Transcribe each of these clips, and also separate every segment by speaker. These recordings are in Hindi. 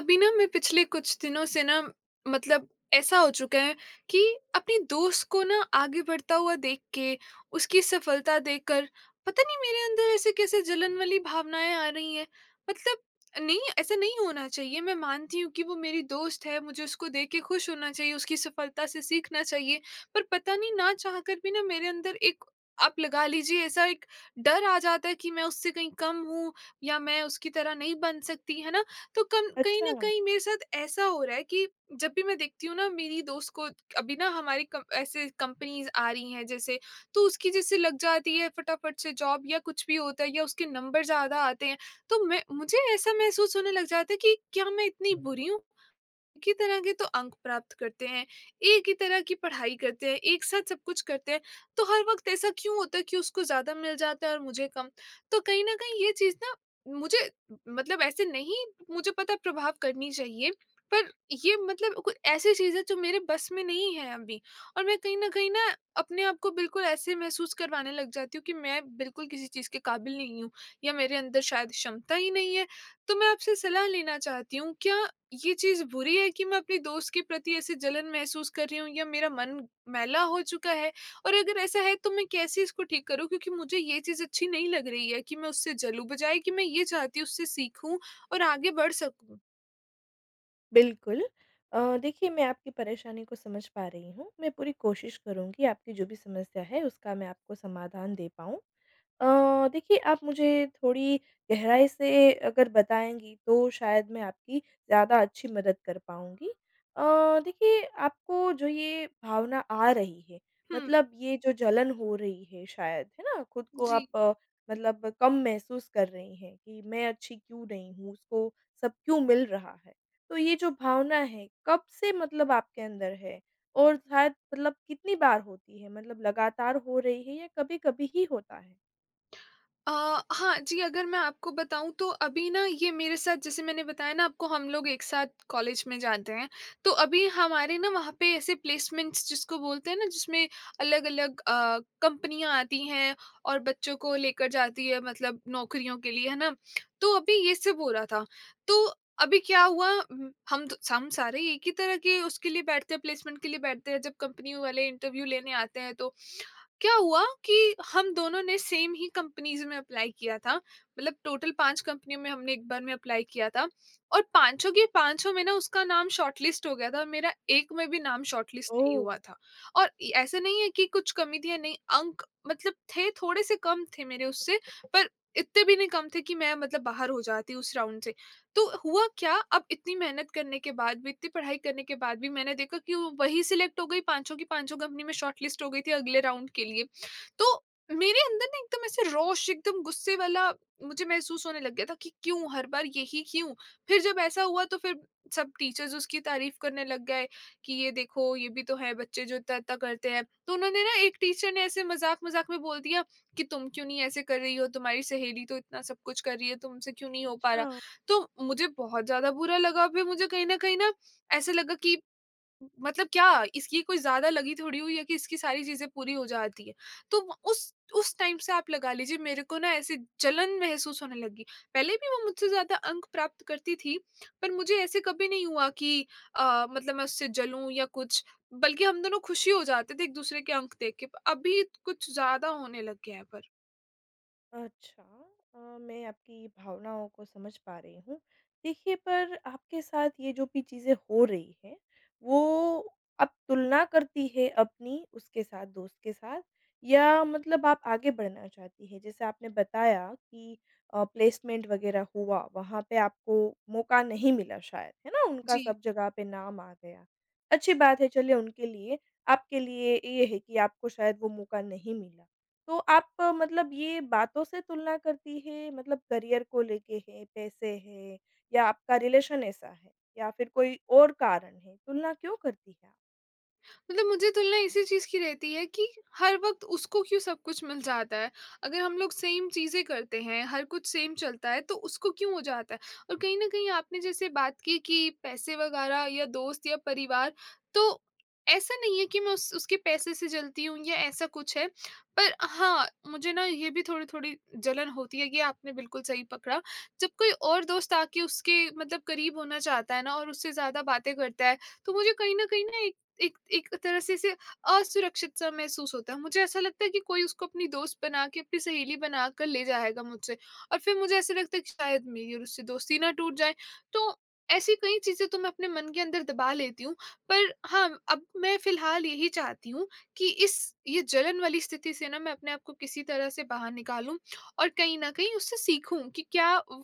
Speaker 1: अभी ना मैं पिछले कुछ दिनों से ना मतलब ऐसा हो चुका है कि अपने दोस्त को ना आगे बढ़ता हुआ देख के, उसकी सफलता देखकर पता नहीं मेरे अंदर ऐसे कैसे जलन वाली भावनाएँ आ रही हैं। मतलब नहीं, ऐसा नहीं होना चाहिए। मैं मानती हूँ कि वो मेरी दोस्त है, मुझे उसको देख के खुश होना चाहिए, उसकी सफलता से सीखना चाहिए। पर पता नहीं ना चाह कर भी ना मेरे अंदर एक आप लगा लीजिए ऐसा एक डर आ जाता है कि मैं उससे कहीं कम हूँ या मैं उसकी तरह नहीं बन सकती, है ना? तो कम कहीं
Speaker 2: अच्छा।
Speaker 1: न कहीं मेरे साथ ऐसा हो रहा है कि जब भी मैं देखती हूँ ना मेरी दोस्त को, अभी ना हमारी कम ऐसे कंपनीज़ आ रही हैं जैसे, तो उसकी जैसे लग जाती है फटाफट से जॉब या कुछ भी होता है या उसके नंबर ज़्यादा आते हैं, तो मैं मुझे ऐसा महसूस होने लग जाता है कि क्या मैं इतनी बुरी हूँ? एक ही तरह के तो अंक प्राप्त करते हैं, एक ही तरह की पढ़ाई करते हैं, एक साथ सब कुछ करते हैं, तो हर वक़्त ऐसा क्यों होता है कि उसको ज़्यादा मिल जाता है और मुझे कम? तो कहीं न कहीं ये चीज़ ना मुझे मतलब ऐसे नहीं, मुझे पता है प्रभाव करनी चाहिए, पर ये मतलब कुछ ऐसी चीज़ है जो मेरे बस में नहीं है अभी, और मैं कहीं न कहीं ना अपने आप को बिल्कुल ऐसे महसूस करवाने लग जाती हूँ कि मैं बिल्कुल किसी चीज़ के काबिल नहीं हूँ या मेरे अंदर शायद क्षमता ही नहीं है। तो मैं आपसे सलाह लेना चाहती हूँ, क्या ये चीज़ बुरी है कि मैं अपने दोस्त के प्रति ऐसे जलन महसूस कर रही हूँ या मेरा मन मैला हो चुका है? और अगर ऐसा है तो मैं कैसे इसको ठीक करूँ, क्योंकि मुझे ये चीज़ अच्छी नहीं लग रही है कि मैं उससे जलूँ, बजाय कि मैं ये चाहती हूँ उससे सीखूँ और आगे बढ़ सकूँ।
Speaker 2: बिल्कुल। देखिए मैं आपकी परेशानी को समझ पा रही हूँ। मैं पूरी कोशिश करूँगी आपकी जो भी समस्या है उसका मैं आपको समाधान दे पाऊँ। देखिए आप मुझे थोड़ी गहराई से अगर बताएँगी तो शायद मैं आपकी ज़्यादा अच्छी मदद कर पाऊँगी। देखिए आपको जो ये भावना आ रही है,
Speaker 1: हुँ,
Speaker 2: मतलब ये जो जलन हो रही है शायद, है ना? खुद को
Speaker 1: जी।
Speaker 2: आप मतलब कम महसूस कर रही हैं कि मैं अच्छी क्यों नहीं हूँ, उसको सब क्यों मिल रहा है। तो ये जो भावना है कब से मतलब आपके अंदर है? और शायद मतलब कितनी बार होती है? मतलब लगातार हो रही है या कभी-कभी ही होता है?
Speaker 1: अ, हाँ जी, अगर मैं आपको बताऊँ तो अभी ना ये मेरे साथ, जैसे मैंने बताया ना आपको, हम लोग एक साथ कॉलेज में जाते हैं, तो अभी हमारे ना वहाँ पे ऐसे प्लेसमेंट्स जिसको बोलते हैं ना, जिसमें अलग-अलग कंपनियाँ आती हैं और बच्चों को लेकर जाती है मतलब नौकरियों के लिए, है ना? तो अभी ये सब हो रहा था। तो अभी क्या हुआ, हम सारे एक ही तरह के उसके लिए बैठते हैं, प्लेसमेंट के लिए बैठते हैं, जब कंपनी वाले इंटरव्यू लेने आते हैं तो क्या हुआ कि हम दोनों ने सेम ही कंपनीज़ में अप्लाई किया था। मतलब टोटल 5 कंपनियों में हमने एक बार में अप्लाई किया था, और पाँचों की पाँचों में ना उसका नाम शॉर्टलिस्ट हो गया था और मेरा एक में भी नाम शॉर्टलिस्ट नहीं
Speaker 2: ओह!
Speaker 1: हुआ था। और इ ऐसा नहीं है कि कुछ कमी थी या नहीं, अंक मतलब थे, थोड़े-से कम थे मेरे उससे, पर इतने भी नहीं कम थे कि मैं मतलब बाहर हो जाती उस राउंड से। तो हुआ क्या, अब इतनी मेहनत करने के बाद भी, इतनी पढ़ाई करने के बाद भी मैंने देखा कि वो वही सिलेक्ट हो गई, पाँचों की पाँचों कंपनी में शॉर्टलिस्ट हो गई थी अगले राउंड के लिए। तो मेरे अंदर ना एकदम ऐसे रोष, एकदम गुस्से वाला मुझे महसूस होने लग गया था कि क्यों, हर बार यही क्यों? फिर जब ऐसा हुआ तो फिर सब टीचर्स उसकी तारीफ़ करने लग गए कि ये देखो, ये भी तो हैं बच्चे जो इतना-इतना करते हैं। तो उन्होंने ना, एक टीचर ने ऐसे मज़ाक-मज़ाक में बोल दिया कि तुम क्यों नहीं ऐसे कर रही हो? तुम्हारी सहेली तो इतना सब कुछ कर रही है, तुमसे क्यों नहीं हो पा
Speaker 2: अच्छा।
Speaker 1: रहा? तो मुझे बहुत ज़्यादा बुरा लगा, फिर मुझे कहीं न कहीं ना ऐसे लगा कि मतलब क्या इसकी कोई ज़्यादा लगी थोड़ी हुई है कि इसकी सारी चीज़ें पूरी हो जाती हैं। तो व उस टाइम से आप लगा लीजिए मेरे को ना ऐसे जलन महसूस होने लगी। पहले भी वो मुझसे ज़्यादा अंक प्राप्त करती थी, पर मुझे ऐसे कभी नहीं हुआ कि मतलब मैं उससे जलूँ या कुछ, बल्कि हम दोनों खुशी हो जाते थे एक-दूसरे के अंक देख के। अभी कुछ ज़्यादा होने लग गया है पर।
Speaker 2: अच्छा। मैं आपकी भावनाओं को समझ पा रही हूँ। देखिए पर आपके साथ ये जो भी चीज़ें हो रही हैं, वो आप तुलना करती है अपनी उसके साथ, दोस्त के साथ या मतलब आप आगे बढ़ना चाहती हैं? जैसे आपने बताया कि प्लेसमेंट वग़ैरह हुआ, वहाँ पे आपको मौका नहीं मिला शायद, है ना? उनका
Speaker 1: जी।
Speaker 2: सब जगह पे नाम आ गया। अच्छी बात है चलिए उनके लिए, आपके लिए ये है कि आपको शायद वो मौका नहीं मिला। तो आप मतलब ये बातों से तुलना करती है मतलब करियर को लेके है, पैसे है या आपका रिलेशन ऐसा है या फिर कोई और कारण है, तुलना क्यों करती है आप?
Speaker 1: मतलब मुझे तुलना इसी चीज़ की रहती है कि हर वक़्त उसको क्यों सब कुछ मिल जाता है। अगर हम लोग सेम चीज़ें करते हैं, हर कुछ सेम चलता है, तो उसको क्यों हो जाता है? और कहीं न कहीं आपने जैसे बात की कि पैसे वग़ैरह या दोस्त या परिवार, तो ऐसा नहीं है कि मैं उस उसके पैसे से जलती हूँ या ऐसा कुछ है। पर हाँ, मुझे ना ये भी थोड़ी-थोड़ी जलन होती है, ये आपने बिल्कुल सही पकड़ा। जब कोई और दोस्त आके उसके मतलब करीब होना चाहता है ना और उससे ज़्यादा बातें करता है, तो मुझे कहीं न कहीं ना एक एक एक तरह से इसे असुरक्षित-सा महसूस होता है। मुझे ऐसा लगता है कि कोई उसको अपनी दोस्त बना के, अपनी सहेली बना कर ले जाएगा मुझसे, और फिर मुझे ऐसा लगता है कि शायद मेरी और उससे दोस्ती ना टूट जाए। तो ऐसी कई चीज़ें तो मैं अपने मन के अंदर दबा लेती हूँ, पर हाँ, अब मैं फ़िलहाल यही चाहती हूँ कि इस ये जलन वाली स्थिति से ना मैं अपने आप को किसी तरह से बाहर निकालूँ, और कहीं न कहीं उससे सीखूँ कि क्या उ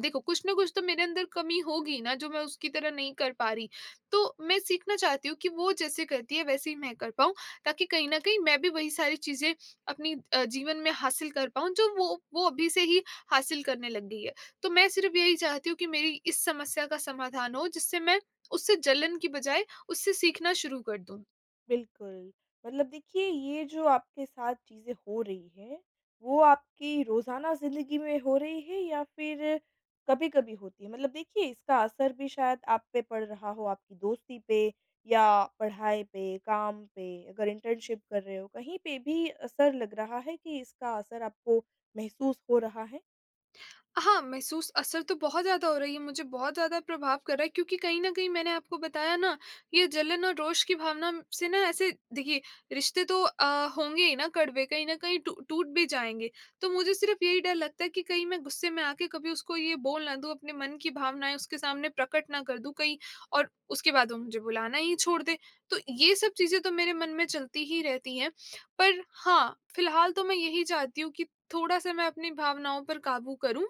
Speaker 1: देखो, कुछ ना कुछ तो मेरे अंदर कमी होगी ना, जो मैं उसकी तरह नहीं कर पा रही। तो मैं सीखना चाहती हूँ कि वो जैसे करती है वैसे ही मैं कर पाऊँ, ताकि कहीं न कहीं मैं भी वही सारी चीज़ें अपनी जीवन में हासिल कर पाऊँ जो वो अभी से ही हासिल करने लग गई है। तो मैं सिर्फ़ यही चाहती हूँ कि मेरी इस समस्या का समाधान हो, जिससे मैं उससे जलन की बजाय उससे सीखना शुरू कर दूँ।
Speaker 2: बिल्कुल। मतलब देखिए ये जो आपके साथ चीज़ें हो रही हैं, वो आपकी रोज़ाना ज़िंदगी में हो रही है या फिर कभी-कभी होती है? मतलब देखिए इसका असर भी शायद आप पे पड़ रहा हो, आपकी दोस्ती पे या पढ़ाई पे, काम पे, अगर इंटर्नशिप कर रहे हो, कहीं पे भी असर लग रहा है कि इसका असर आपको महसूस हो रहा है?
Speaker 1: हाँ, महसूस असर तो बहुत ज़्यादा हो रही है, मुझे बहुत ज़्यादा प्रभाव कर रहा है, क्योंकि कहीं न कहीं मैंने आपको बताया ना, ये जलन और रोष की भावना से ना, ऐसे देखिए, रिश्ते तो होंगे ही ना कड़वे, कहीं न कहीं टू टूट भी जाएँगे। तो मुझे सिर्फ़ यही डर लगता है कि कहीं मैं गुस्से में आके कभी उसको ये बोल ना दूँ, अपने मन की भावनाएँ उसके सामने प्रकट ना कर दूँ कहीं, और उसके बाद वो मुझे बुलाना ही छोड़ दे। तो ये सब चीज़ें तो मेरे मन में चलती ही रहती हैं, पर हाँ, फ़िलहाल तो मैं यही चाहती हूँ कि थोड़ा-सा मैं अपनी भावनाओं पर काबू करूँ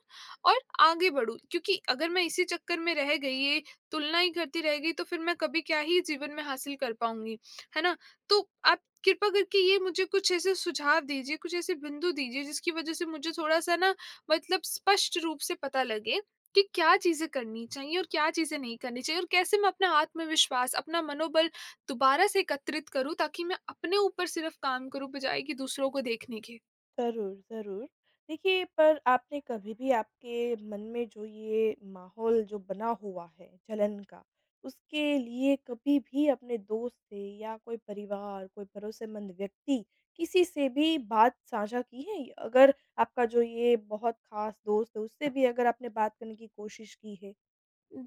Speaker 1: और आगे बढ़ूँ। क्योंकि अगर मैं इसी चक्कर में रह गई, ये तुलना ही करती रह गई, तो फिर मैं कभी क्या ही जीवन में हासिल कर पाऊँगी, है ना? तो आप कृपा करके ये मुझे कुछ ऐसे सुझाव दीजिए, कुछ ऐसे बिंदु दीजिए, जिसकी वजह से मुझे थोड़ा-सा ना मतलब स्पष्ट रूप से पता लगे कि क्या चीज़ें करनी चाहिए और क्या चीज़ें नहीं करनी चाहिए, और कैसे मैं अपना आत्मविश्वास, अपना मनोबल दोबारा से एकत्रित करूँ, ताकि मैं अपने ऊपर सिर्फ़ काम करूँ, बजाए कि दूसरों को देखने के।
Speaker 2: ज़रूर, ज़रूर। देखिए, पर आपने कभी भी आपके मन में जो ये माहौल जो बना हुआ है जलन का, उसके लिए कभी भी अपने दोस्त से या कोई परिवार, कोई भरोसेमंद व्यक्ति, किसी से भी बात साझा की है? अगर आपका जो ये बहुत ख़ास दोस्त है, उससे भी अगर आपने बात करने की कोशिश की है?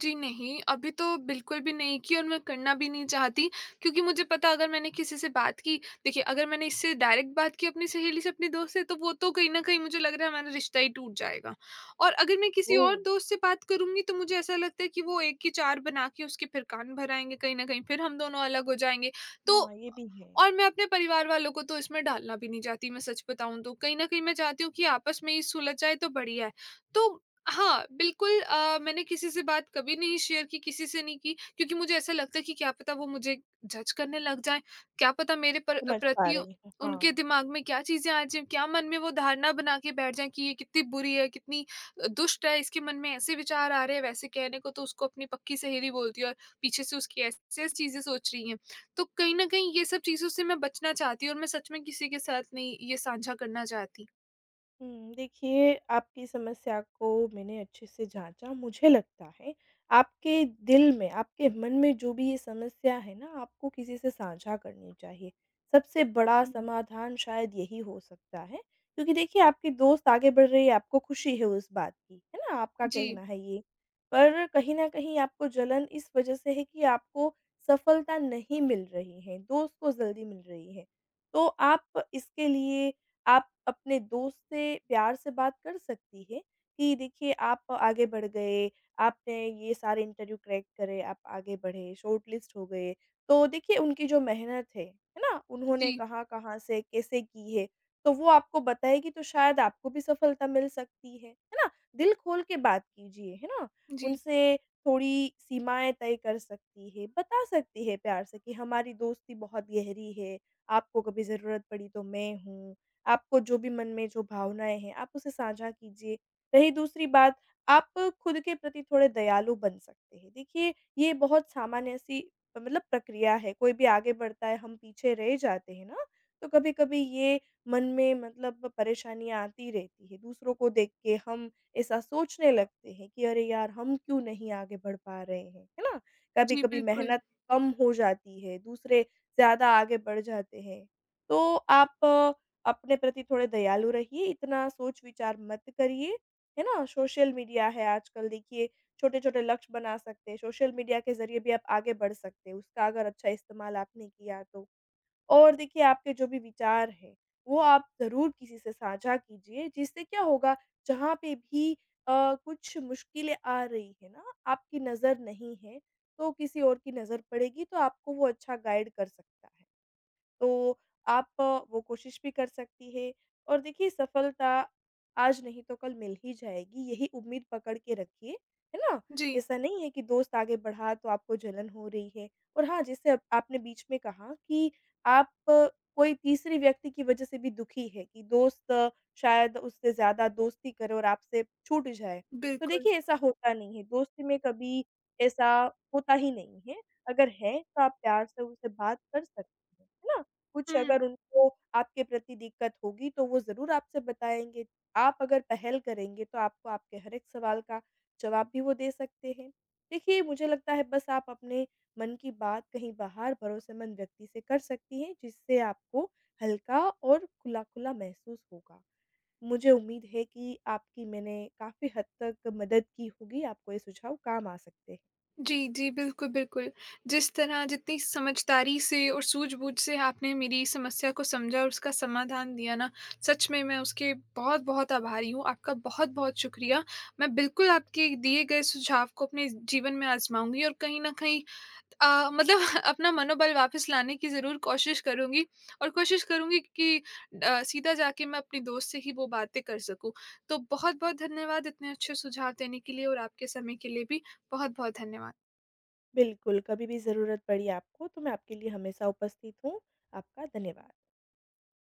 Speaker 1: जी नहीं, अभी तो बिल्कुल भी नहीं की, और मैं करना भी नहीं चाहती, क्योंकि मुझे पता अगर मैंने किसी से बात की, देखिए, अगर मैंने इससे डायरेक्ट बात की अपनी सहेली से, अपने दोस्त से, तो वो तो कहीं न कहीं मुझे लग रहा है हमारा रिश्ता ही टूट जाएगा। और अगर मैं किसी
Speaker 2: ओह!
Speaker 1: और दोस्त से बात करूँगी, तो मुझे ऐसा लगता है कि वो एक की चार बना के उसके फिर कान भर आएँगे कहीं न कहीं, फिर हम दोनों अलग हो जाएँगे। तो,
Speaker 2: हाँ, ये भी है।
Speaker 1: और मैं अपने परिवार वालों को तो इसमें डालना भी नहीं चाहती, मैं सच बताऊँ तो। कहीं न कहीं मैं चाहती हूँ कि आपस में ही सुलझ जाए तो बढ़िया है। तो हाँ, बिल्कुल, मैंने किसी से बात कभी नहीं शेयर की, किसी से नहीं की, क्योंकि मुझे ऐसा लगता है कि क्या पता वो मुझे जज करने लग जाएँ, क्या पता मेरे पर
Speaker 2: समझ पा
Speaker 1: प्रति
Speaker 2: रही हूँ।
Speaker 1: उनके
Speaker 2: हाँ।
Speaker 1: दिमाग में क्या चीज़ें आ जाएँ, क्या मन में वो धारणा बना के बैठ जाएँ कि ये कितनी बुरी है, कितनी दुष्ट है, इसके मन में ऐसे विचार आ रहे हैं, वैसे कहने को तो उसको अपनी पक्की सहेली बोलती है और पीछे से उसकी ऐसी-ऐसी चीज़ें सोच रही हैं। तो कहीं न कहीं ये सब चीज़ों से मैं बचना चाहती हूँ, और मैं सच में किसी के साथ नहीं ये साझा करना चाहती।
Speaker 2: हुँ, देखिए आपकी समस्या को मैंने अच्छे से जाँचा। मुझे लगता है आपके दिल में, आपके मन में जो भी ये समस्या है ना आपको किसी से साझा करनी चाहिए। सबसे बड़ा
Speaker 1: हुँ।
Speaker 2: समाधान शायद यही हो सकता है। क्योंकि देखिए आपके दोस्त आगे बढ़ रहे हैं, आपको खुशी है उस बात की, है ना? आपका कहना
Speaker 1: जी,
Speaker 2: है ये। पर कहीं न कहीं आपको जलन इस वज़ह से है कि आपको सफलता नहीं मिल रही है, दोस्त को जल्दी मिल रही है। तो आप इसके लिए आप अपने दोस्त से प्यार से बात कर सकती हैं कि देखिए आप आगे बढ़ गए, आपने ये सारे इंटरव्यू क्रैक करे, आप आगे बढ़े, शॉर्टलिस्ट हो गए। तो देखिए उनकी जो मेहनत है ना? उन्होंने
Speaker 1: जी,
Speaker 2: कहाँ-कहाँ से कैसे की है, तो वो आपको बताएगी तो शायद आपको भी सफलता मिल सकती है ना? दिल खोल के बात कीजिए, है ना?
Speaker 1: जी,
Speaker 2: उनसे थोड़ी सीमाएँ तय कर सकती है, बता सकती है प्यार से कि हमारी दोस्ती बहुत गहरी है, आपको कभी ज़रूरत पड़ी तो मैं हूँ। आपको जो भी मन में जो भावनाएँ हैं, आप उसे साझा कीजिए। रही दूसरी बात, आप खुद के प्रति थोड़े दयालु बन सकते हैं। देखिए, ये बहुत सामान्य सी मतलब प्रक्रिया है, कोई भी आगे बढ़ता है, हम पीछे रह जाते हैं ना, तो कभी-कभी ये मन में मतलब परेशानियाँ आती रहती हैं। दूसरों को देख के हम ऐसा सोचने लगते हैं कि अरे यार! हम क्यों नहीं आगे बढ़ पा रहे हैं, है ना?
Speaker 1: जी,
Speaker 2: कभी-कभी
Speaker 1: बिल्कुल।
Speaker 2: मेहनत कम हो जाती है, दूसरे ज़्यादा आगे बढ़ जाते हैं। तो आप अपने प्रति थोड़े दयालु रहिए, इतना सोच-विचार मत करिए, है ना? सोशल मीडिया है आजकल देखिए, छोटे-छोटे लक्ष्य बना सकते हैं, सोशल मीडिया के ज़रिए भी आप आगे बढ़ सकते हैं, उसका अगर अच्छा इस्तेमाल आपने किया तो। और देखिए आपके जो भी विचार हैं, वो आप ज़रूर किसी से साझा कीजिए, जिससे क्या होगा जहाँ पे भी कुछ मुश्किलें आ रही है ना, आपकी नज़र नहीं है, तो किसी और की नज़र पड़ेगी तो आपको वो अच्छा गाइड कर सकता है। तो आप वो कोशिश भी कर सकती हैं और देखिए सफलता आज नहीं तो कल मिल ही जाएगी, यही उम्मीद पकड़ के रखिए, है ना?
Speaker 1: जी,
Speaker 2: ऐसा नहीं है कि दोस्त आगे बढ़ा तो आपको जलन हो रही है और हाँ, जैसे अब आपने बीच में कहा कि आप कोई तीसरे व्यक्ति की वजह से भी दुखी है कि दोस्त शायद उससे ज़्यादा दोस्ती करे और आपसे छूट जाए। तो
Speaker 1: बिल्कुल।
Speaker 2: देखिए ऐसा होता नहीं है, दोस्ती में कभी ऐसा होता ही नहीं है, अगर है तो आप प्यार से उससे बात कर सकती हैं, है ना? कुछ
Speaker 1: हुँ।
Speaker 2: अगर उनको आपके प्रति दिक्कत होगी तो वो ज़रूर आपसे बताएँगे। आप अगर पहल करेंगे तो आपको आपके हर एक सवाल का जवाब भी वो दे सकते हैं। देखिए मुझे लगता है बस आप अपने मन की बात कहीं बाहर भरोसेमंद व्यक्ति से कर सकती हैं जिससे आपको हल्का और खुला-खुला महसूस होगा। मुझे उम्मीद है कि आपकी मैंने काफ़ी हद तक मदद की होगी, आपको ये सुझाव काम आ सकते हैं।
Speaker 1: जी, जी, बिल्कुल, बिल्कुल। जिस तरह जितनी समझदारी से और सूझबूझ से आपने मेरी समस्या को समझा और उसका समाधान दिया ना, सच में मैं उसके बहुत-बहुत आभारी हूँ। आपका बहुत-बहुत शुक्रिया। मैं बिल्कुल आपके दिए गए सुझाव को अपने जीवन में आज़माऊँगी, और कहीं न कहीं मतलब अपना मनोबल वापस लाने की ज़रूर कोशिश करूँगी, और कोशिश करूँगी कि सीधा जाके मैं अपने दोस्त से ही वो बातें कर सकूँ। तो बहुत-बहुत धन्यवाद इतने अच्छे सुझाव देने के लिए, और आपके समय के लिए भी बहुत-बहुत धन्यवाद।
Speaker 2: बिल्कुल, कभी भी ज़रूरत पड़ी आपको तो मैं आपके लिए हमेशा उपस्थित हूँ। आपका धन्यवाद।